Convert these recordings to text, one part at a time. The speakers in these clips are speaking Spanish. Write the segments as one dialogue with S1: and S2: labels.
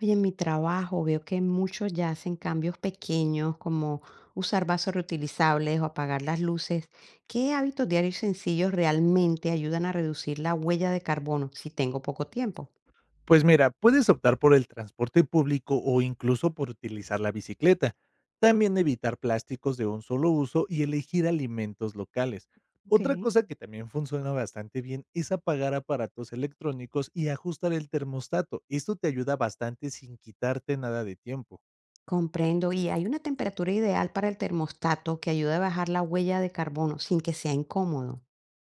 S1: Oye, en mi trabajo veo que muchos ya hacen cambios pequeños como usar vasos reutilizables o apagar las luces. ¿Qué hábitos diarios sencillos realmente ayudan a reducir la huella de carbono si tengo poco tiempo?
S2: Pues mira, puedes optar por el transporte público o incluso por utilizar la bicicleta. También evitar plásticos de un solo uso y elegir alimentos locales.
S1: Ok.
S2: Otra cosa que también funciona bastante bien es apagar aparatos electrónicos y ajustar el termostato. Esto te ayuda bastante sin quitarte nada de tiempo.
S1: Comprendo. Y hay una temperatura ideal para el termostato que ayuda a bajar la huella de carbono sin que sea incómodo.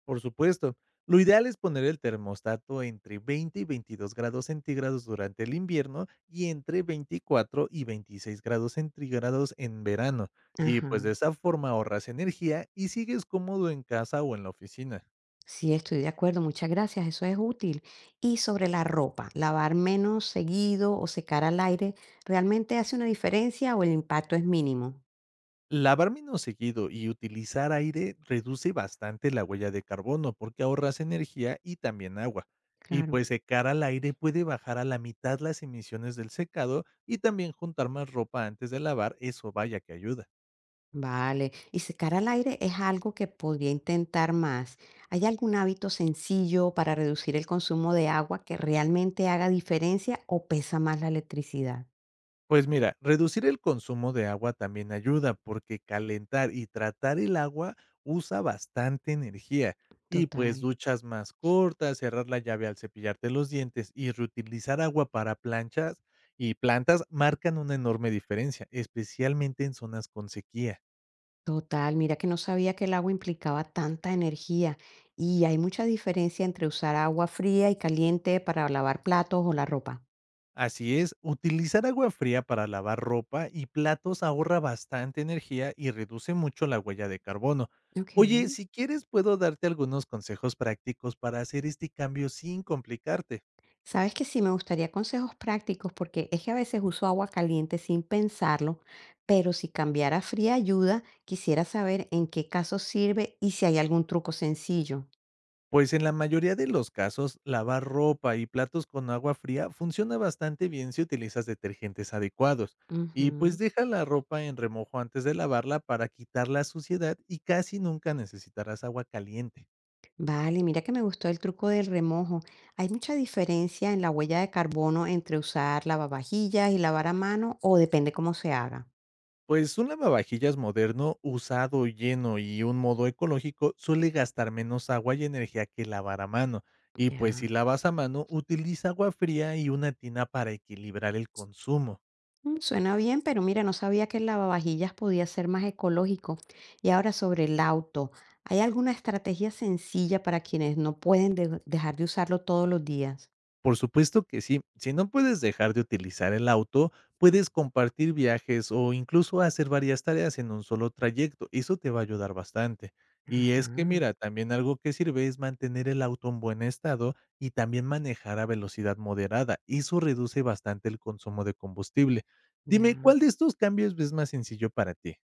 S2: Por supuesto. Lo ideal es poner el termostato entre 20 y 22 grados centígrados durante el invierno y entre 24 y 26 grados centígrados en verano. Y pues de
S1: Ajá.
S2: esa forma ahorras energía y sigues cómodo en casa o en la oficina.
S1: Sí, estoy de acuerdo, muchas gracias, eso es útil. Y sobre la ropa, lavar menos seguido o secar al aire, ¿realmente hace una diferencia o el impacto es mínimo?
S2: Lavar menos seguido y utilizar aire reduce bastante la huella de carbono porque ahorras energía y también agua. Y
S1: Claro.
S2: pues secar al aire puede bajar a la mitad las emisiones del secado y también juntar más ropa antes de lavar, eso vaya que ayuda.
S1: Vale, y secar al aire es algo que podría intentar más. ¿Hay algún hábito sencillo para reducir el consumo de agua que realmente haga diferencia o pesa más la electricidad?
S2: Pues mira, reducir el consumo de agua también ayuda porque calentar y tratar el agua usa bastante energía. Y pues
S1: Total.
S2: duchas más cortas, cerrar la llave al cepillarte los dientes y reutilizar agua para planchas y plantas marcan una enorme diferencia, especialmente en zonas con sequía.
S1: Total, mira que no sabía que el agua implicaba tanta energía y hay mucha diferencia entre usar agua fría y caliente para lavar platos o la ropa.
S2: Así es, utilizar agua fría para lavar ropa y platos ahorra bastante energía y reduce mucho la huella de carbono.
S1: Ok.
S2: Oye, si quieres puedo darte algunos consejos prácticos para hacer este cambio sin complicarte.
S1: Sabes que sí me gustaría consejos prácticos porque es que a veces uso agua caliente sin pensarlo, pero si cambiara a fría ayuda, quisiera saber en qué caso sirve y si hay algún truco sencillo.
S2: Pues en la mayoría de los casos, lavar ropa y platos con agua fría funciona bastante bien si utilizas detergentes adecuados. Y pues
S1: Ujú.
S2: deja la ropa en remojo antes de lavarla para quitar la suciedad y casi nunca necesitarás agua caliente.
S1: Vale, mira que me gustó el truco del remojo. ¿Hay mucha diferencia en la huella de carbono entre usar lavavajillas y lavar a mano o depende cómo se haga?
S2: Pues un lavavajillas moderno, usado, lleno y un modo ecológico suele gastar menos agua y energía que lavar a mano. Y pues si
S1: Ya.
S2: lavas a mano, utiliza agua fría y una tina para equilibrar el consumo.
S1: Mm, suena bien, pero mira, no sabía que el lavavajillas podía ser más ecológico. Y ahora sobre el auto, ¿hay alguna estrategia sencilla para quienes no pueden dejar de usarlo todos los días?
S2: Por supuesto que sí. Si no puedes dejar de utilizar el auto, puedes compartir viajes o incluso hacer varias tareas en un solo trayecto. Eso te va a ayudar bastante. Y es que
S1: Ajá,
S2: mira, también algo que sirve es mantener el auto en buen estado y también manejar a velocidad moderada. Eso reduce bastante el consumo de combustible. Dime,
S1: ya.
S2: ¿cuál de estos cambios es más sencillo para ti?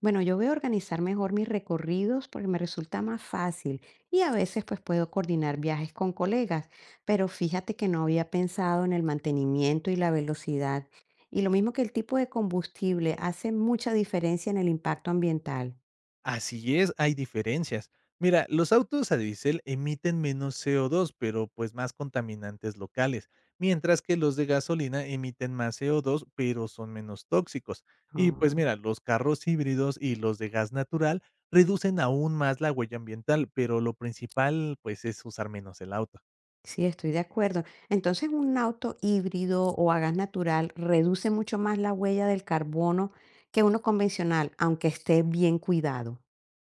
S1: Bueno, yo voy a organizar mejor mis recorridos porque me resulta más fácil y a veces pues puedo coordinar viajes con colegas, pero fíjate que no había pensado en el mantenimiento y la velocidad. Y lo mismo que el tipo de combustible hace mucha diferencia en el impacto ambiental.
S2: Así es, hay diferencias. Mira, los autos a diésel emiten menos CO2, pero pues más contaminantes locales, mientras que los de gasolina emiten más CO2, pero son menos tóxicos. Y pues
S1: Ah,
S2: mira, los carros híbridos y los de gas natural reducen aún más la huella ambiental, pero lo principal pues es usar menos el auto.
S1: sí, estoy de acuerdo. Entonces, un auto híbrido o a gas natural reduce mucho más la huella del carbono que uno convencional, aunque esté bien cuidado.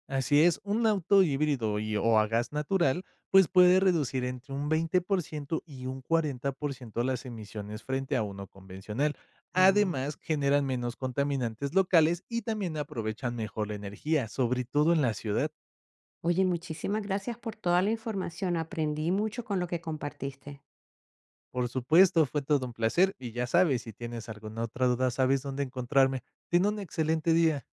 S2: Así es, un auto híbrido y, o a gas natural, pues puede reducir entre un 20% y un 40% las emisiones frente a uno convencional.
S1: Ah.
S2: Además, generan menos contaminantes locales y también aprovechan mejor la energía, sobre todo en la ciudad.
S1: Oye, muchísimas gracias por toda la información. Aprendí mucho con lo que compartiste.
S2: Por supuesto, fue todo un placer y ya sabes, si tienes alguna otra duda, sabes dónde encontrarme. Ten un excelente día.